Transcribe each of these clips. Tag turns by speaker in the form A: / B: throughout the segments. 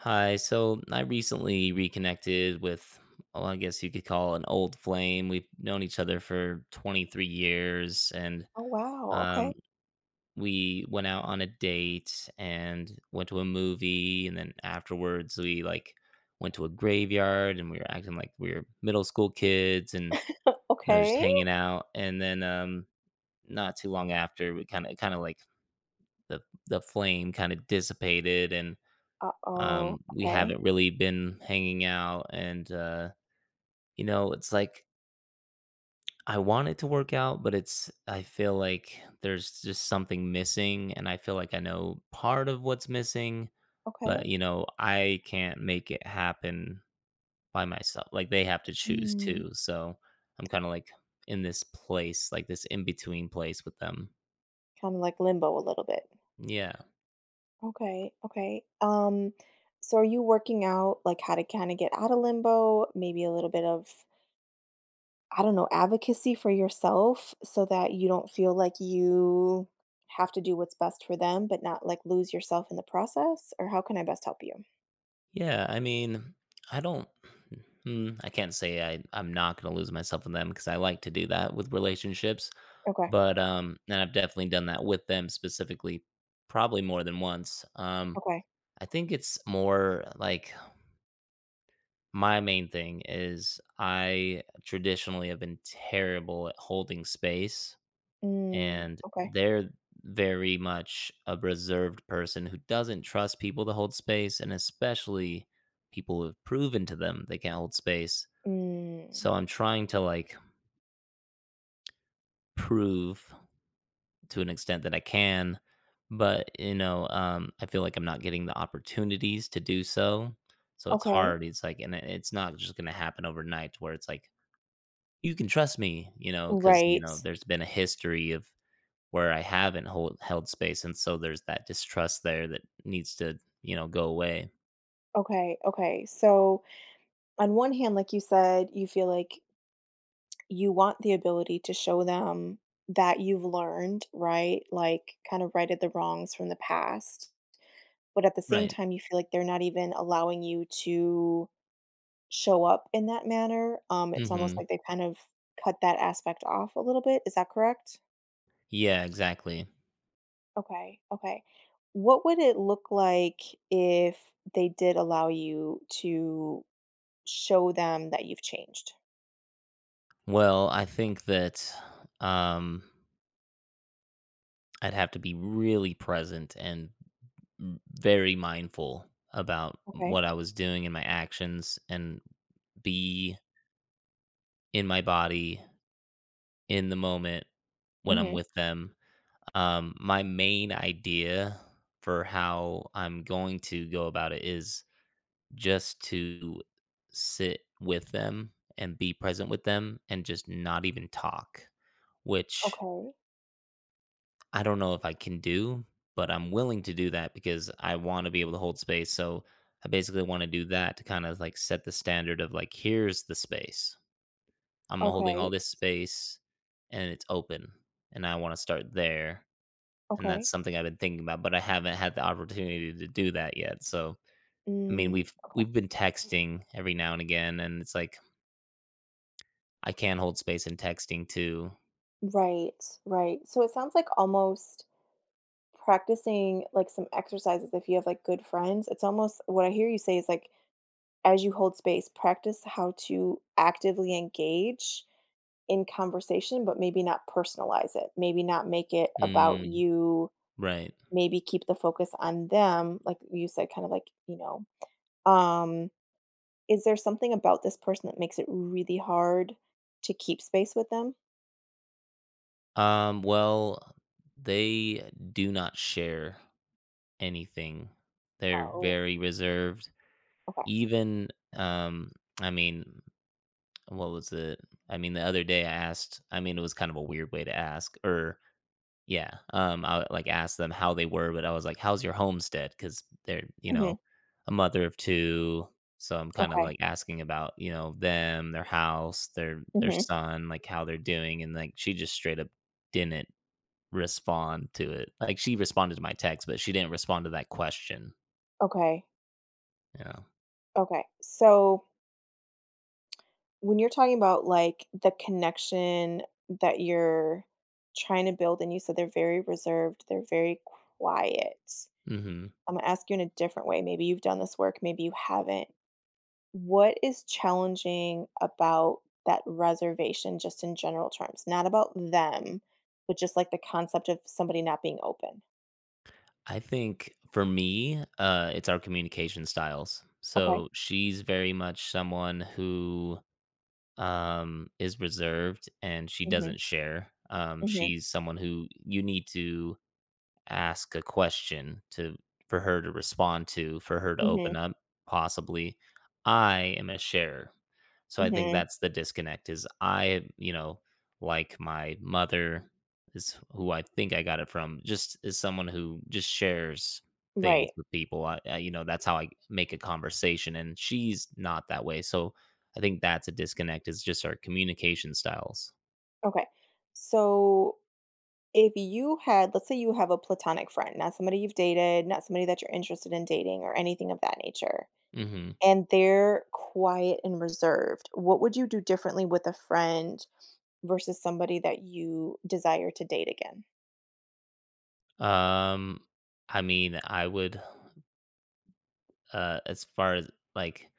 A: Hi. So I recently reconnected with, well, I guess you could call an old flame. We've known each other for 23 years, and
B: Oh, wow, okay,
A: um, we went out on a date and went to a movie, and then afterwards we like went to a graveyard, and we were acting like we were middle school kids, and you know just
B: okay.
A: hanging out. And then not too long after, we kind of like the the flame kind of dissipated, and
B: Uh-oh,
A: we
B: okay,
A: haven't really been hanging out and, you know, it's like I want it to work out, but it's I feel like there's just something missing and I feel like I know part of what's missing,
B: okay.
A: but you know, I can't make it happen by myself. Like they have to choose
B: Mm,
A: too. So I'm kind of like in this place, like this in between place with them.
B: kinda like limbo a little bit.
A: Yeah.
B: Okay, okay. So are you working out, like, how to kinda get out of limbo? Maybe a little bit of, I don't know, advocacy for yourself so that you don't feel like you have to do what's best for them, but not, like, lose yourself in the process? Or how can I best help you?
A: Yeah, I mean, I don't. Mm, I can't say I'm not gonna lose myself in them because I like to do that with relationships,
B: Okay,
A: but and I've definitely done that with them specifically, probably more than once.
B: okay.
A: I think it's more like my main thing is I traditionally have been terrible at holding space,
B: Mm,
A: and
B: okay.
A: they're very much a reserved person who doesn't trust people to hold space, and especially people who have proven to them they can't hold space.
B: Mm,
A: So I'm trying to like prove to an extent that I can, but I feel like I'm not getting the opportunities to do so. So it's
B: okay.
A: hard, it's like, and it's not just going to happen overnight where it's like you can trust me, you know, because you
B: Right.
A: know there's been a history of where I haven't held space, and so there's that distrust there that needs to, you know, go away.
B: Okay, okay. So on one hand, like you said, you feel like you want the ability to show them that you've learned, right? Like kind of righted the wrongs from the past. But at the same
A: Right.
B: time, you feel like they're not even allowing you to show up in that manner. It's almost
A: Mhm.
B: like they kind of cut that aspect off a little bit. Is that correct?
A: Yeah, exactly.
B: Okay. Okay. What would it look like if they did allow you to show them that you've changed?
A: Well, I think that, um, I'd have to be really present and m very mindful about
B: Okay.
A: what I was doing and my actions, and be in my body, in the moment when I'm
B: Mm-hmm.
A: with them. My main idea for how I'm going to go about it is just to sit with them and be present with them and just not even talk, which
B: Okay.
A: I don't know if I can do, but I'm willing to do that because I want to be able to hold space. So I basically want to do that to kind of like set the standard of like, here's the space. I'm holding all
B: Okay.
A: this space and it's open, and I want to start there. And that's
B: Okay.
A: something I've been thinking about, but I haven't had the opportunity to do that yet. So I mean,
B: Mm,
A: we've
B: okay.
A: we've been texting every now and again, and it's like I can hold space in texting too.
B: Right, right. So it sounds like almost practicing like some exercises if you have like good friends. It's almost what I hear you say is like as you hold space, practice how to actively engage in conversation, but maybe not personalize it. Maybe not make it about
A: Mm,
B: you.
A: right.
B: Maybe keep the focus on them, like you said, kind of like, um, is there something about this person that makes it really hard to keep space with them?
A: Well, they do not share anything. They're
B: Oh,
A: very reserved.
B: okay.
A: Even, um, I mean, what was it? I mean, the other day I asked, I mean, it was kind of a weird way to ask, or Yeah, I, like, asked them how they were, but I was like, "How's your homestead?" Because 'Cause they're, you
B: Mhm.
A: know, a mother of 2, so I'm kinda,
B: Okay.
A: like, asking about, you know, them, their house, their
B: Mhm.
A: son, like, how they're doing, and, like, she just straight up didn't respond to it. Like, she responded to my text, but she didn't respond to that question.
B: Okay.
A: Yeah.
B: Okay. So when you're talking about like the connection that you're trying to build, and you said they're very reserved, they're very quiet.
A: Mhm.
B: I'm gonna ask you in a different way. Maybe you've done this work, maybe you haven't. What is challenging about that reservation, just in general terms, not about them, but just like the concept of somebody not being open?
A: I think for me, it's our communication styles.
B: Okay.
A: So, she's very much someone who is reserved and she
B: Mm-hmm.
A: doesn't share.
B: Mm-hmm.
A: She's someone who you need to ask a question to for her to respond to, for her to
B: Mm-hmm.
A: open up, possibly. I am a sharer. So I think
B: Mm-hmm.
A: that's the disconnect is I, you know, like my mother is who I think I got it from, just is someone who just shares things
B: Right.
A: with people. I you know, that's how I make a conversation and she's not that way. So I think that's a disconnect is just our communication styles.
B: Okay. So if you had, let's say you have a platonic friend, not somebody you've dated, not somebody that you're interested in dating or anything of that nature,
A: Mhm.
B: and they're quiet and reserved, what would you do differently with a friend versus somebody that you desire to date again?
A: Um I mean, I would as far as like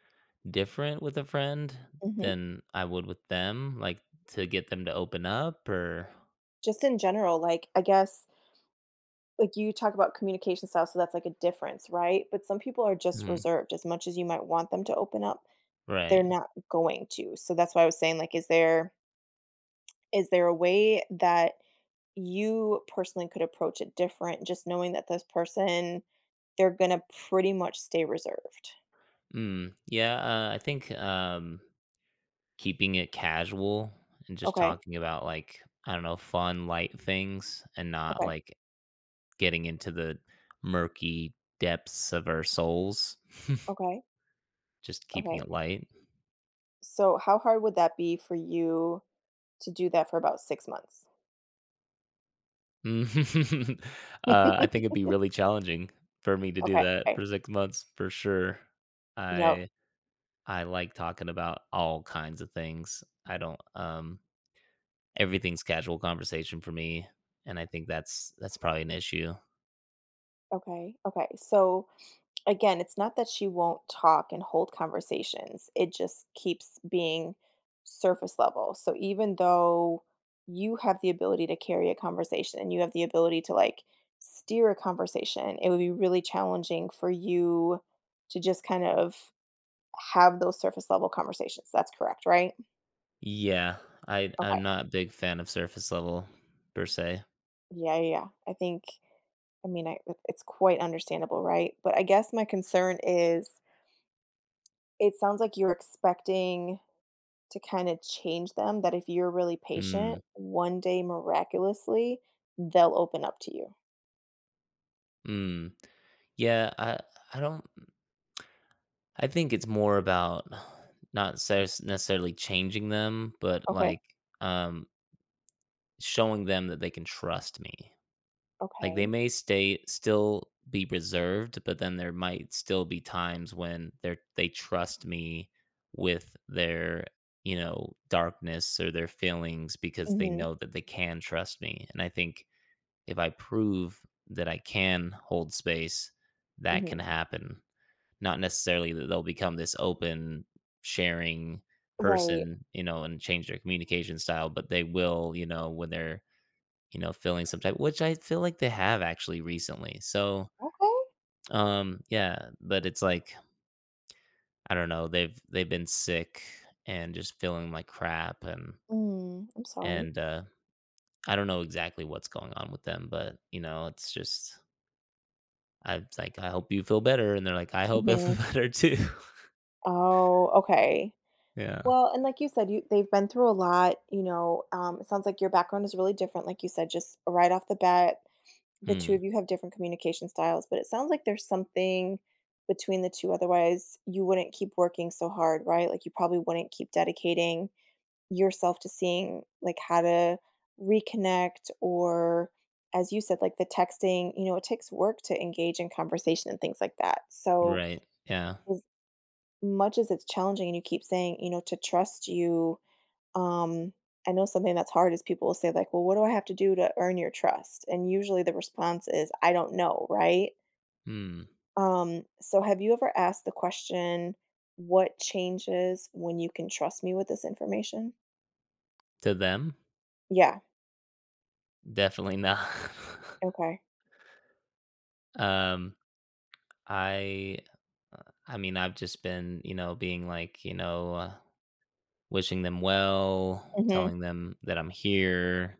A: different with a friend
B: Mhm.
A: than I would with them, like to get them to open up or
B: Just in general, like, I guess like you talk about communication style, so that's like a difference, right? But some people are just
A: mm,
B: reserved as much as you might want them to open up, they're
A: right.
B: not going to. So that's why I was saying like is there a way that you personally could approach it different just knowing that this person they're going to pretty much stay reserved?
A: Mm, yeah, I think keeping it casual and just
B: Okay.
A: talking about like I don't know, fun, light things, and not
B: Okay.
A: like getting into the murky depths of our souls.
B: Okay.
A: Just keeping
B: Okay.
A: it light.
B: So how hard would that be for you to do that for about 6 months?
A: Mhm. I think it'd be really challenging for me to do that
B: Okay.
A: for 6 months for sure.
B: Yep.
A: I I like talking about all kinds of things. I don't, everything's casual conversation for me, and I think that's probably an issue.
B: Okay. Okay. So again, it's not that she won't talk and hold conversations, it just keeps being surface level. So even though you have the ability to carry a conversation and you have the ability to like steer a conversation, it would be really challenging for you to just kind of have those surface level conversations. That's correct, right?
A: Yeah,
B: Okay.
A: I'm not a big fan of surface level per se.
B: Yeah, yeah, yeah. I mean, it- it's quite understandable, right? But I guess my concern is it sounds like you're expecting to kind of change them that if you're really
A: Mm,
B: patient, one day miraculously, they'll open up to you.
A: mm. Yeah, I don't I think it's more about not ses necessarily changing them, but,
B: Okay.
A: like, um showing them that they can trust me. Like, they
B: Okay.
A: may stay still be reserved, but then there might still be times when they trust me with their, you know, darkness or their feelings because they
B: Mhm.
A: know that they can trust me, and I think if I prove that I can hold space, that can
B: Mhm.
A: happen. Not necessarily that they'll become this open, sharing
B: Right.
A: person, you know, and change their communication style, but they will, you know, when they're feeling some type, which I feel like they have actually recently. So,
B: Okay.
A: yeah, but it's like, I don't know, they've been sick and just feeling like crap and
B: Mm, I'm sorry.
A: and uh I don't know exactly what's going on with them, but you know, it's just I'm like, I hope you feel better. And they're like, I hope I feel
B: Mhm.
A: better too.
B: Oh, okay.
A: Yeah.
B: Well, and like you said, you they've been through a lot, you know, it sounds like your background is really different. Like you said, just right off the bat, the two
A: Hmm.
B: of you have different communication styles, but it sounds like there's something between the two. Otherwise, you wouldn't keep working so hard, right? Like you probably wouldn't keep dedicating yourself to seeing, like, how to reconnect or as you said, like, the texting, you know, it takes work to engage in conversation and things like that. So,
A: Right. Yeah.
B: as much as it's challenging and you keep saying, you know, to trust you, um, I know something that's hard is people will say, like, "Well, what do I have to do to earn your trust?" And usually the response is, "I don't know," right?
A: Hmm.
B: So have you ever asked the question, "What changes when you can trust me with this information?"
A: To them,
B: Yeah,
A: definitely not.
B: okay.
A: um, I, I mean, I've just been, you know, being like, you know, wishing them well,
B: Mhm.
A: telling them that I'm here,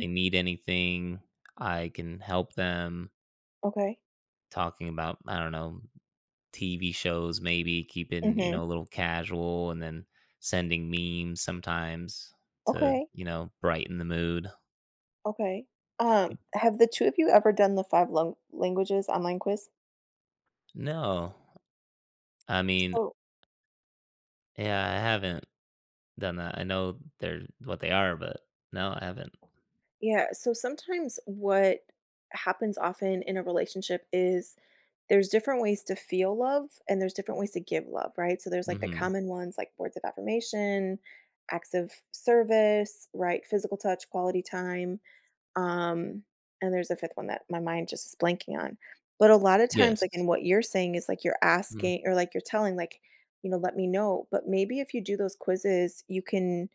A: they need anything, I can help them,
B: Okay.
A: talking about, I don't know, TV shows maybe, keeping, you
B: Mhm.
A: know, a little casual and then sending memes sometimes to,
B: Okay.
A: you know, brighten the mood.
B: Okay. Have the two of you ever done the five languages online quiz?
A: No. I mean,
B: So
A: yeah, I haven't done that. I know they're what they are, but no, I haven't.
B: yeah, so sometimes what happens often in a relationship is there's different ways to feel love and there's different ways to give love, right? So there's, like, the
A: Mhm.
B: common ones, like words of affirmation, acts of service, right, physical touch, quality time. Um, and there's a fifth one that my mind just is blanking on. But a lot of times,
A: Yes.
B: like, and what you're saying is like you're asking or like you're telling, like, you know, let me know. But maybe if you do those quizzes, you can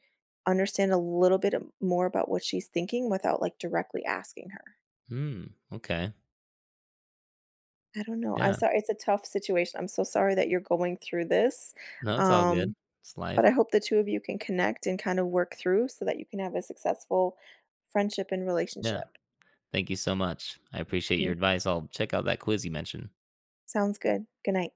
B: understand a little more about what she's thinking without like directly asking her.
A: Mhm. Okay.
B: I don't know. I'm
A: Yeah.
B: sorry. It's a tough situation. I'm so sorry that you're going through this.
A: No, it's all good.
B: Um,
A: It's
B: but I
A: life.
B: hope the two of you can connect and kind of work through so that you can have a successful friendship and
A: Yeah.
B: relationship.
A: Thank you so much. I appreciate your
B: You
A: advice. I'll check out that quiz you mentioned.
B: sounds good. Good night.